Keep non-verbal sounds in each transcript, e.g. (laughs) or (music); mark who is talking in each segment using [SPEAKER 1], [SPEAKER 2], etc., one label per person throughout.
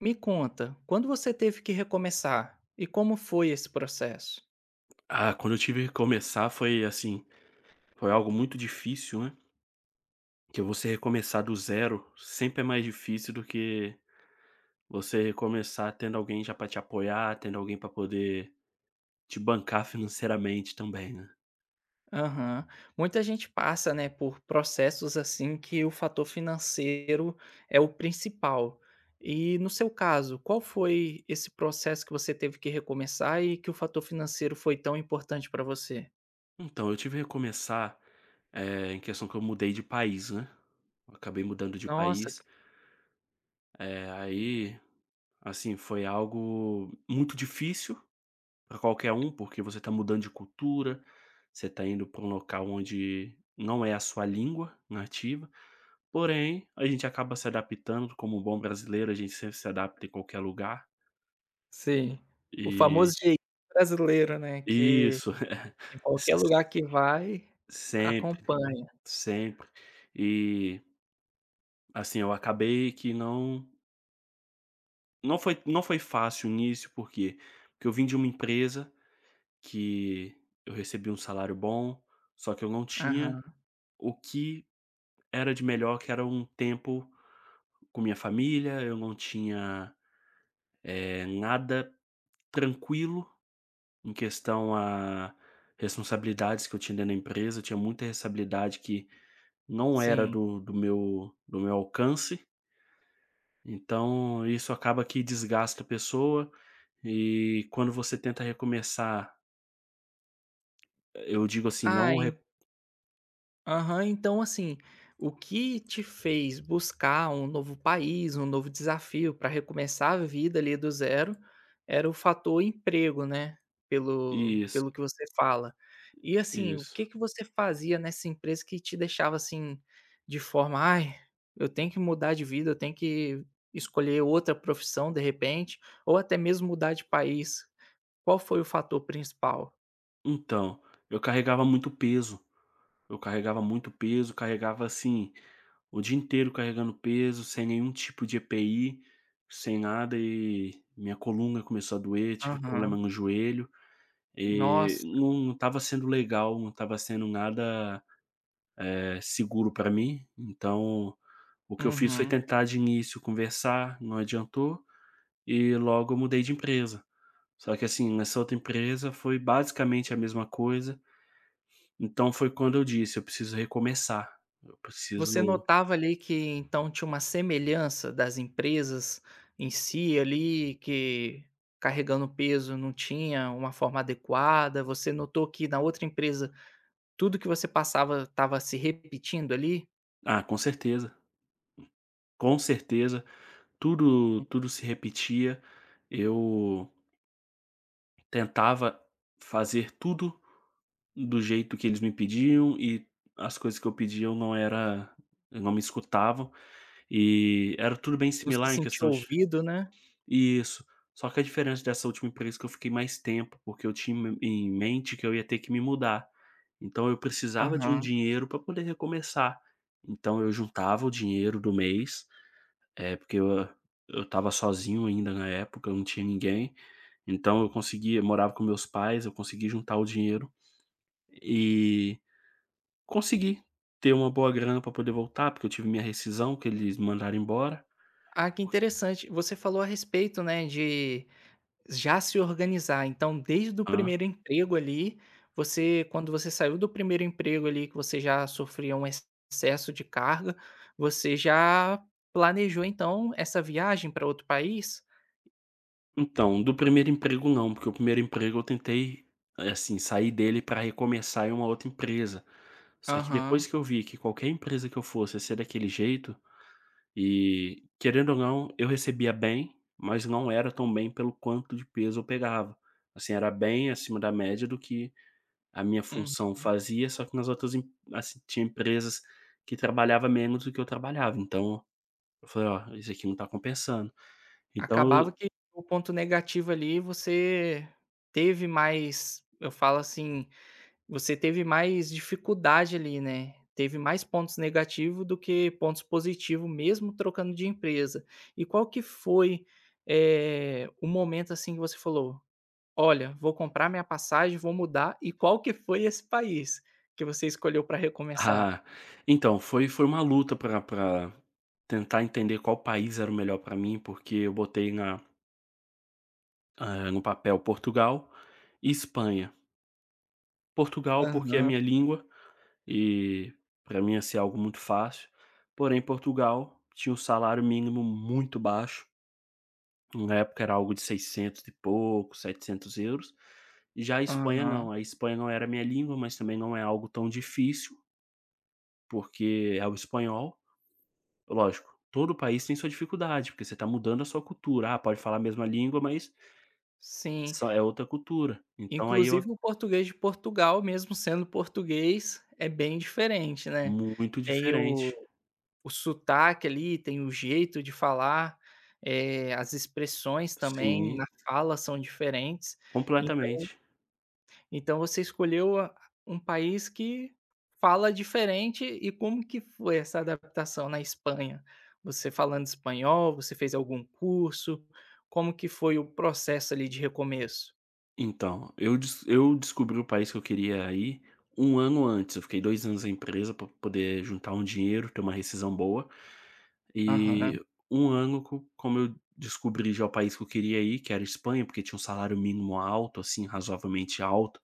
[SPEAKER 1] Me conta, quando você teve que recomeçar e como foi esse processo?
[SPEAKER 2] Ah, quando eu tive que começar foi assim, foi algo muito difícil, né, que você recomeçar do zero sempre é mais difícil do que você recomeçar tendo alguém já pra te apoiar, tendo alguém pra poder te bancar financeiramente também, né.
[SPEAKER 1] Aham. Muita gente passa, né, por processos assim que o fator financeiro é o principal. E no seu caso, qual foi esse processo que você teve que recomeçar e que o fator financeiro foi tão importante para você?
[SPEAKER 2] Então, eu tive que recomeçar, em questão que eu mudei de país, né, eu acabei mudando de
[SPEAKER 1] Nossa,
[SPEAKER 2] país. eh, aí, assim, foi algo muito difícil, para qualquer um, porque você está mudando de cultura, você está indo para um local onde não é a sua língua nativa, porém, a gente acaba se adaptando, como um bom brasileiro, a gente sempre se adapta em qualquer lugar.
[SPEAKER 1] sim. O famoso
[SPEAKER 2] E
[SPEAKER 1] jeitinho brasileiro, né, que
[SPEAKER 2] isso,
[SPEAKER 1] em
[SPEAKER 2] (laughs)
[SPEAKER 1] qualquer lugar
[SPEAKER 2] s
[SPEAKER 1] que vai,
[SPEAKER 2] sempre,
[SPEAKER 1] acompanha.
[SPEAKER 2] sempre. E, assim, eu acabei que não foi fácil o início, porque eu vim de uma empresa que eu recebi um salário bom, só que eu não tinha
[SPEAKER 1] Aham,
[SPEAKER 2] o que era de melhor, que era um tempo com minha família. Eu não tinha, nada tranquilo em questão a responsabilidades que eu tinha dentro da empresa, eu tinha muita responsabilidade que não era
[SPEAKER 1] sim.
[SPEAKER 2] do meu alcance, então isso acaba que desgasta a pessoa, e quando você tenta recomeçar, eu digo assim,
[SPEAKER 1] Ah,
[SPEAKER 2] não re
[SPEAKER 1] aham, então assim, o que te fez buscar um novo país, um novo desafio para recomeçar a vida ali do zero, era o fator emprego, né, pelo
[SPEAKER 2] isso,
[SPEAKER 1] pelo que você fala. E assim, o
[SPEAKER 2] isso.
[SPEAKER 1] que que você fazia nessa empresa que te deixava assim, de forma: "Ai, eu tenho que mudar de vida, eu tenho que escolher outra profissão de repente, ou até mesmo mudar de país". Qual foi o fator principal?
[SPEAKER 2] Então, eu carregava muito peso. Eu carregava muito peso, carregava assim, o dia inteiro carregando peso, sem nenhum tipo de EPI, sem nada, e minha coluna começou a doer, tive
[SPEAKER 1] Aham.
[SPEAKER 2] problema no joelho, e
[SPEAKER 1] Nossa.
[SPEAKER 2] não estava sendo legal, não estava sendo nada, seguro para mim. Então, o que eu fiz foi
[SPEAKER 1] Uhum.
[SPEAKER 2] tentar de início conversar, não adiantou, e logo eu mudei de empresa. Só que assim, nessa outra empresa foi basicamente a mesma coisa, então foi quando eu disse: "Eu preciso recomeçar, eu
[SPEAKER 1] Você
[SPEAKER 2] preciso."
[SPEAKER 1] notava ali que então tinha uma semelhança das empresas em si ali, que carregando peso não tinha uma forma adequada? Você notou que na outra empresa tudo que você passava estava se repetindo ali?
[SPEAKER 2] Ah, com certeza, com certeza. Tudo se repetia, eu tentava fazer tudo do jeito que eles me pediam, e as coisas que eu pedia, eu não me escutavam, e era tudo bem
[SPEAKER 1] Não se
[SPEAKER 2] similar em
[SPEAKER 1] sentiu
[SPEAKER 2] questão de.
[SPEAKER 1] ouvido, né?
[SPEAKER 2] Isso. Só que a diferença dessa última empresa é que eu fiquei mais tempo, porque eu tinha em mente que eu ia ter que me mudar. Então eu precisava de um
[SPEAKER 1] Aham.
[SPEAKER 2] dinheiro para poder recomeçar. Então eu juntava o dinheiro do mês. É porque eu estava sozinho ainda na época, eu não tinha ninguém, então eu morava com meus pais, eu consegui juntar o dinheiro e consegui ter uma boa grana para poder voltar, porque eu tive minha rescisão, que eles mandaram embora.
[SPEAKER 1] Ah, que interessante. Você falou a respeito, né, de já se organizar, então desde o primeiro emprego ali, você quando você saiu do primeiro emprego ali que você já sofria um excesso de carga, você já planejou então essa viagem para outro país?
[SPEAKER 2] Então, do primeiro emprego não, porque o primeiro emprego eu tentei, assim, sair dele para recomeçar em uma outra empresa. Só que depois
[SPEAKER 1] Aham,
[SPEAKER 2] que eu vi que qualquer empresa que eu fosse ia ser daquele jeito, e querendo ou não, eu recebia bem, mas não era tão bem pelo quanto de peso eu pegava. Assim, era bem acima da média do que a minha
[SPEAKER 1] uhum.
[SPEAKER 2] função fazia, só que nas outras, assim, tinha empresas que trabalhava menos do que eu trabalhava. Então, eu falei, ó, isso aqui não tá compensando. Então,
[SPEAKER 1] Acabava que o ponto negativo ali você teve mais, eu falo assim. Você teve mais dificuldade ali, né, teve mais pontos negativo do que pontos positivo mesmo trocando de empresa. E qual que foi, o momento, assim, que você falou: "Olha, vou comprar minha passagem, vou mudar", e qual que foi esse país que você escolheu para recomeçar?
[SPEAKER 2] ah, então, foi uma luta pra tentar entender qual país era o melhor pra mim, porque eu botei no papel Portugal e Espanha. Portugal, porque é a
[SPEAKER 1] Aham,
[SPEAKER 2] minha língua, e pra mim ia ser algo muito fácil, porém Portugal tinha um salário mínimo muito baixo, na época era algo de 600 e pouco, €700. Já
[SPEAKER 1] aham.
[SPEAKER 2] a Espanha não era minha língua, mas também não é algo tão difícil, porque é o espanhol. Lógico, todo país tem sua dificuldade, porque você está mudando a sua cultura. Ah, pode falar a mesma língua, mas
[SPEAKER 1] Sim,
[SPEAKER 2] só é outra cultura. Então aí eu.
[SPEAKER 1] inclusive o português de Portugal, mesmo sendo português, é bem diferente, né.
[SPEAKER 2] Muito
[SPEAKER 1] Tem o
[SPEAKER 2] diferente.
[SPEAKER 1] O sotaque ali, tem o jeito de falar, as expressões também
[SPEAKER 2] Sim,
[SPEAKER 1] na fala são diferentes. Então
[SPEAKER 2] completamente.
[SPEAKER 1] então você escolheu a um país que fala diferente e como que foi essa adaptação na Espanha? Você falando espanhol, você fez algum curso? Como que foi o processo ali de recomeço?
[SPEAKER 2] Então, eu descobri o país que eu queria ir um ano antes. Eu fiquei 2 anos na empresa para poder juntar um dinheiro, ter uma rescisão boa.
[SPEAKER 1] Aham.
[SPEAKER 2] E um ano, co como eu descobri já o país que eu queria ir, que era a Espanha, porque tinha um salário mínimo alto, assim, razoavelmente alto.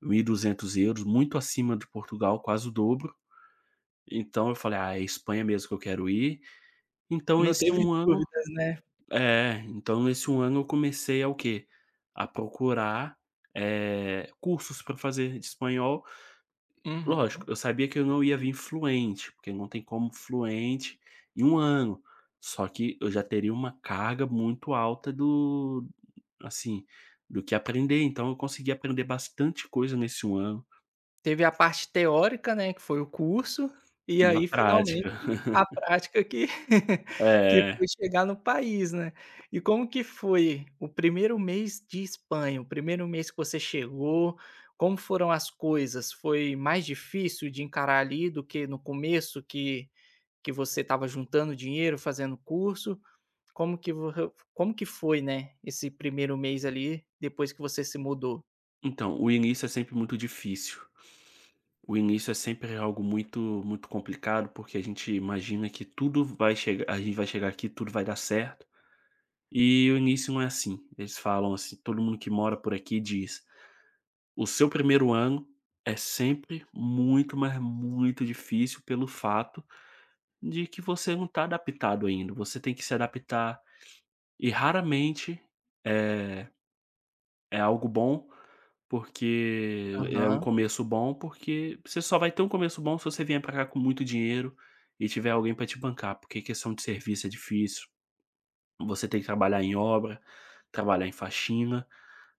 [SPEAKER 2] 1.200 euros, muito acima de Portugal, quase o dobro. Então eu falei: "Ah, é Espanha mesmo que eu quero ir." Então
[SPEAKER 1] Não
[SPEAKER 2] esse
[SPEAKER 1] teve
[SPEAKER 2] um ano,
[SPEAKER 1] dúvidas, né?
[SPEAKER 2] é, então nesse um ano eu comecei a o quê? A procurar, cursos para fazer de espanhol. Lógico,
[SPEAKER 1] Uhum.
[SPEAKER 2] eu sabia que eu não ia vir fluente, porque não tem como fluente em um ano, só que eu já teria uma carga muito alta do, assim, do que aprender, então eu consegui aprender bastante coisa nesse um ano,
[SPEAKER 1] Teve a parte teórica, né, que foi o curso, e
[SPEAKER 2] e a
[SPEAKER 1] aí finalmente
[SPEAKER 2] prática.
[SPEAKER 1] a prática que (laughs) que
[SPEAKER 2] É.
[SPEAKER 1] foi chegar no país, né. E como que foi o primeiro mês de Espanha, o primeiro mês que você chegou, como foram as coisas? Foi mais difícil de encarar ali do que no começo que você estava juntando dinheiro, fazendo curso? Como que vo como que foi, né, esse primeiro mês ali, depois que você se mudou?
[SPEAKER 2] Então, o início é sempre muito difícil. O início é sempre algo muito muito complicado, porque a gente imagina que tudo vai chegar, a gente vai chegar aqui, tudo vai dar certo, e o início não é assim. Eles falam assim, todo mundo que mora por aqui diz: "O seu primeiro ano é sempre muito, mas muito difícil pelo fato de que você não está adaptado ainda, você tem que se adaptar." E raramente, eh é algo bom, porque é um
[SPEAKER 1] Aham,
[SPEAKER 2] começo bom, porque você só vai ter um começo bom se você vier pra cá com muito dinheiro e tiver alguém pra te bancar, porque questão de serviço é difícil, você tem que trabalhar em obra, trabalhar em faxina.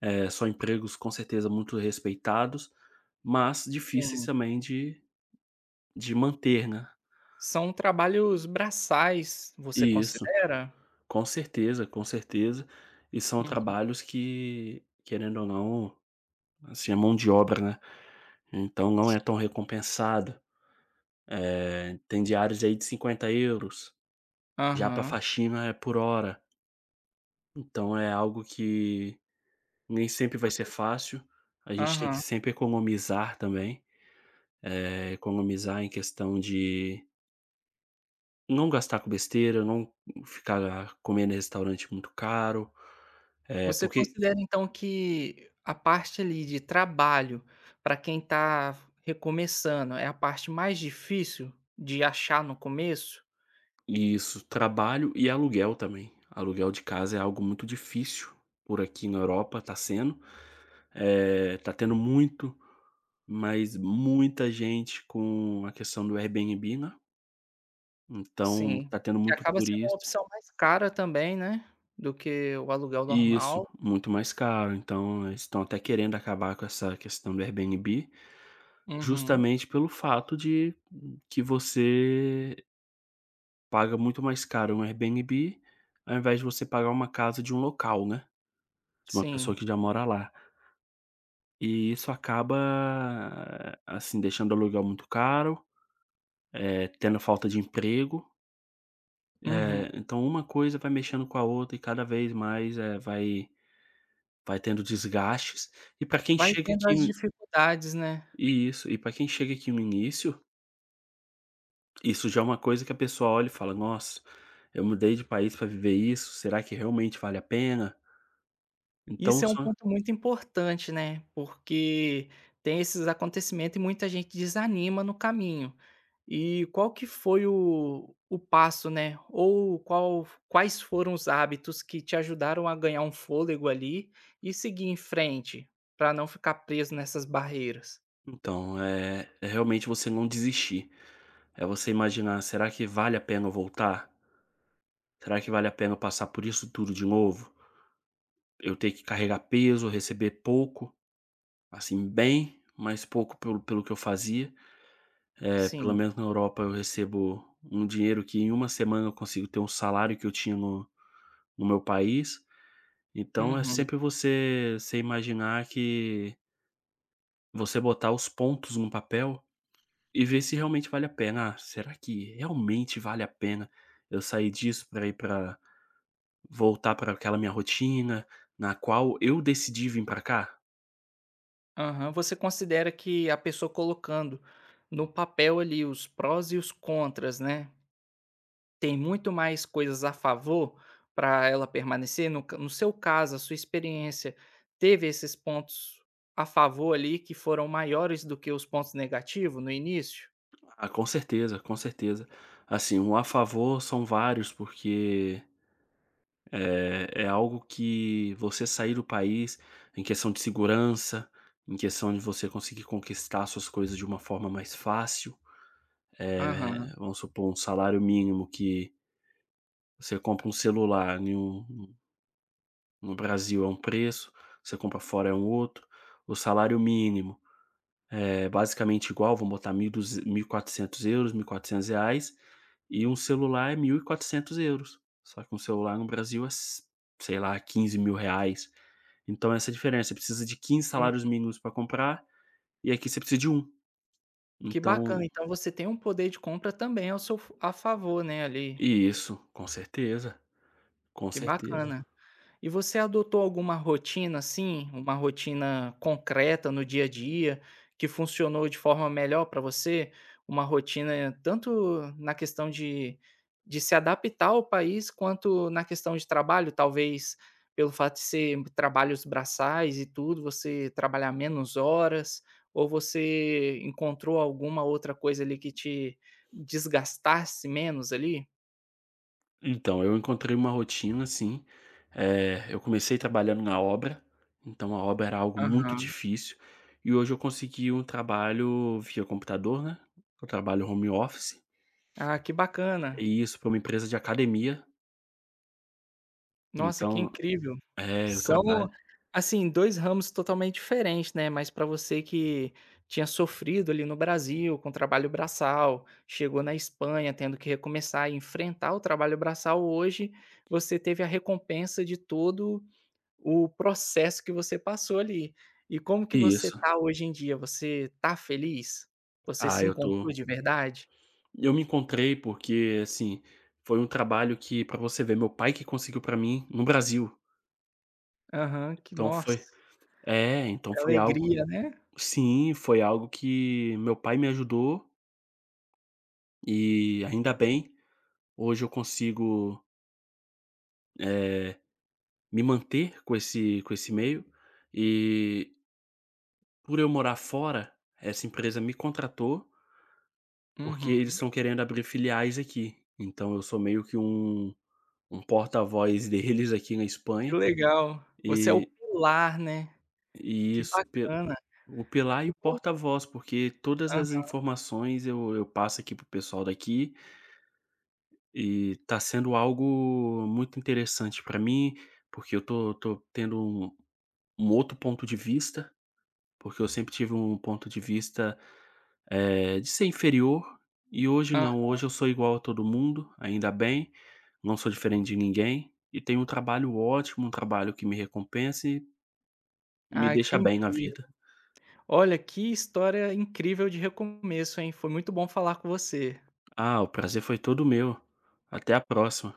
[SPEAKER 2] São empregos, com certeza, muito respeitados, mas difíceis
[SPEAKER 1] sim.
[SPEAKER 2] também de manter, né.
[SPEAKER 1] São trabalhos braçais, você
[SPEAKER 2] Isso,
[SPEAKER 1] considera?
[SPEAKER 2] com certeza, com certeza. E são
[SPEAKER 1] Uhum,
[SPEAKER 2] trabalhos que, querendo ou não, assim, é mão de obra, né, então não é tão
[SPEAKER 1] sim.
[SPEAKER 2] recompensada. Tem diários aí de 50 euros, já para
[SPEAKER 1] Aham.
[SPEAKER 2] faxina é por hora, então é algo que nem sempre vai
[SPEAKER 1] Você
[SPEAKER 2] ser fácil, a gente tem que
[SPEAKER 1] aham.
[SPEAKER 2] sempre economizar também, economizar em questão de não gastar com besteira, não ficar comendo em restaurante muito caro. É
[SPEAKER 1] Você
[SPEAKER 2] porque.
[SPEAKER 1] considera então que a parte ali de trabalho, para quem tá recomeçando, é a parte mais difícil de achar no começo?
[SPEAKER 2] Isso, trabalho e aluguel também. Aluguel de casa é algo muito difícil por aqui na Europa, tá sendo, tá tendo muito. Mas muita gente com a questão do Airbnb, né, então
[SPEAKER 1] Sim,
[SPEAKER 2] tá tendo
[SPEAKER 1] que
[SPEAKER 2] muito
[SPEAKER 1] acaba sendo uma
[SPEAKER 2] turista.
[SPEAKER 1] opção mais cara também, né, do que o aluguel
[SPEAKER 2] Isso,
[SPEAKER 1] normal.
[SPEAKER 2] muito mais caro, então eles estão até querendo acabar com essa questão do Airbnb,
[SPEAKER 1] Uhum,
[SPEAKER 2] justamente pelo fato de que você paga muito mais caro um Airbnb, ao invés de você pagar uma casa de um local, né, de uma pessoa
[SPEAKER 1] sim.
[SPEAKER 2] que já mora lá. E isso acaba, assim, deixando o aluguel muito caro, tendo falta de emprego.
[SPEAKER 1] Uhum.
[SPEAKER 2] É, então uma coisa vai mexendo com a outra, e cada vez mais, vai tendo desgastes. E para quem
[SPEAKER 1] Vai
[SPEAKER 2] chega
[SPEAKER 1] tendo
[SPEAKER 2] aqui
[SPEAKER 1] as
[SPEAKER 2] no,
[SPEAKER 1] dificuldades, né.
[SPEAKER 2] e isso, e para quem chega aqui no início, isso já é uma coisa que a pessoa olha e fala: "Nossa, eu mudei de país para viver isso, será que realmente vale a pena?"
[SPEAKER 1] Isso
[SPEAKER 2] Então
[SPEAKER 1] é um
[SPEAKER 2] só
[SPEAKER 1] ponto muito importante, né, porque tem esses acontecimentos e muita gente desanima no caminho. E qual que foi o passo, né, ou qual quais foram os hábitos que te ajudaram a ganhar um fôlego ali e seguir em frente, para não ficar preso nessas barreiras?
[SPEAKER 2] então, é realmente você não desistir, é você imaginar: "Será que vale a pena eu voltar? Será que vale a pena eu passar por isso tudo de novo? Eu ter que carregar peso, receber pouco?" Assim, bem, mas pouco pelo que eu fazia. É pelo
[SPEAKER 1] Sim.
[SPEAKER 2] menos na Europa eu recebo um dinheiro que em uma semana eu consigo ter um salário que eu tinha no no meu país. Então é
[SPEAKER 1] Uhum.
[SPEAKER 2] sempre você, imaginar que você botar os pontos num papel e ver se realmente vale a pena. "Ah, será que realmente vale a pena eu sair disso para voltar para aquela minha rotina na qual eu decidi vir para cá?"
[SPEAKER 1] Aham. Você considera que a pessoa colocando no papel ali os prós e os contras, né, tem muito mais coisas a favor para ela permanecer, no seu caso, a sua experiência teve esses pontos a favor ali que foram maiores do que os pontos negativos no início?
[SPEAKER 2] Ah, com certeza, com certeza. Assim, um a favor são vários, porque é algo que você sair do país em questão de segurança, em questão de você conseguir conquistar suas coisas de uma forma mais fácil.
[SPEAKER 1] Aham.
[SPEAKER 2] É, vamos supor, um salário mínimo. Que você compra um celular no Brasil é um preço, você compra fora é um outro. O salário mínimo é basicamente igual, vão botar 1.200 €1.400, R$1.400, e quatrocentos euros, 1.400 reais, e um celular é 1.400 euros. Só que um celular no Brasil é, s sei lá, 15 mil reais. Então essa é a diferença, você precisa de quinze
[SPEAKER 1] Hum,
[SPEAKER 2] salários mínimos para comprar, e aqui você precisa de um.
[SPEAKER 1] que
[SPEAKER 2] Então.
[SPEAKER 1] bacana, então você tem um poder de compra também ao seu f a favor, né, ali,
[SPEAKER 2] Isso, com certeza, com
[SPEAKER 1] que
[SPEAKER 2] certeza.
[SPEAKER 1] bacana. E você adotou alguma rotina, assim, uma rotina concreta no dia a dia, que funcionou de forma melhor para você? Uma rotina tanto na questão de se adaptar ao país, quanto na questão de trabalho, talvez pelo fato de ser trabalhos braçais e tudo, você trabalhar menos horas, ou você encontrou alguma outra coisa ali que te desgastasse menos ali?
[SPEAKER 2] Então, eu encontrei uma rotina assim, eu comecei trabalhando na obra, então a obra era algo muito
[SPEAKER 1] Aham.
[SPEAKER 2] difícil, e hoje eu consegui um trabalho via computador, né, eu trabalho home office,
[SPEAKER 1] Ah, que bacana.
[SPEAKER 2] e isso para uma empresa de academia,
[SPEAKER 1] Nossa, que
[SPEAKER 2] então,
[SPEAKER 1] incrível.
[SPEAKER 2] é, eu
[SPEAKER 1] São,
[SPEAKER 2] trabalho.
[SPEAKER 1] assim, 2 ramos totalmente diferentes, né, mas para você que tinha sofrido ali no Brasil com trabalho braçal, chegou na Espanha tendo que recomeçar e enfrentar o trabalho braçal, hoje você teve a recompensa de todo o processo que você passou ali. E como que você
[SPEAKER 2] Isso.
[SPEAKER 1] tá hoje em dia? Você tá feliz? Você
[SPEAKER 2] Ah,
[SPEAKER 1] se encontrou de verdade?
[SPEAKER 2] eu me encontrei porque, assim, foi um trabalho que, pra você ver, meu pai que conseguiu pra mim no Brasil,
[SPEAKER 1] Aham, que
[SPEAKER 2] então
[SPEAKER 1] nossa,
[SPEAKER 2] foi. É, então
[SPEAKER 1] que
[SPEAKER 2] foi algo.
[SPEAKER 1] alegria, né?
[SPEAKER 2] Sim, foi algo que meu pai me ajudou. E ainda bem, hoje eu consigo, eh, me manter com esse meio, e, por eu morar fora, essa empresa me contratou, porque eles
[SPEAKER 1] Uhum.
[SPEAKER 2] estão querendo abrir filiais aqui. Então eu sou meio que um porta-voz (laughs) deles aqui na
[SPEAKER 1] Que
[SPEAKER 2] Espanha,
[SPEAKER 1] legal. Você é o
[SPEAKER 2] e
[SPEAKER 1] pilar, né. Que
[SPEAKER 2] isso, pe
[SPEAKER 1] bacana.
[SPEAKER 2] o pilar e
[SPEAKER 1] Que
[SPEAKER 2] o
[SPEAKER 1] bom,
[SPEAKER 2] porta-voz, porque todas as informações eu passo aqui pro pessoal daqui. E tá sendo algo muito interessante pra mim, porque eu tô tendo um outro ponto de vista, porque eu sempre tive um ponto de vista, de ser inferior, e hoje
[SPEAKER 1] aham.
[SPEAKER 2] não, hoje eu sou igual a todo mundo, ainda bem, não sou diferente de ninguém, e tenho um trabalho ótimo, um trabalho que me recompensa e me
[SPEAKER 1] Ai, que
[SPEAKER 2] deixa bem na
[SPEAKER 1] incrível.
[SPEAKER 2] vida.
[SPEAKER 1] Olha, que história incrível de recomeço, hein. Foi muito bom falar com você.
[SPEAKER 2] Ah, o prazer foi todo meu. Até a próxima.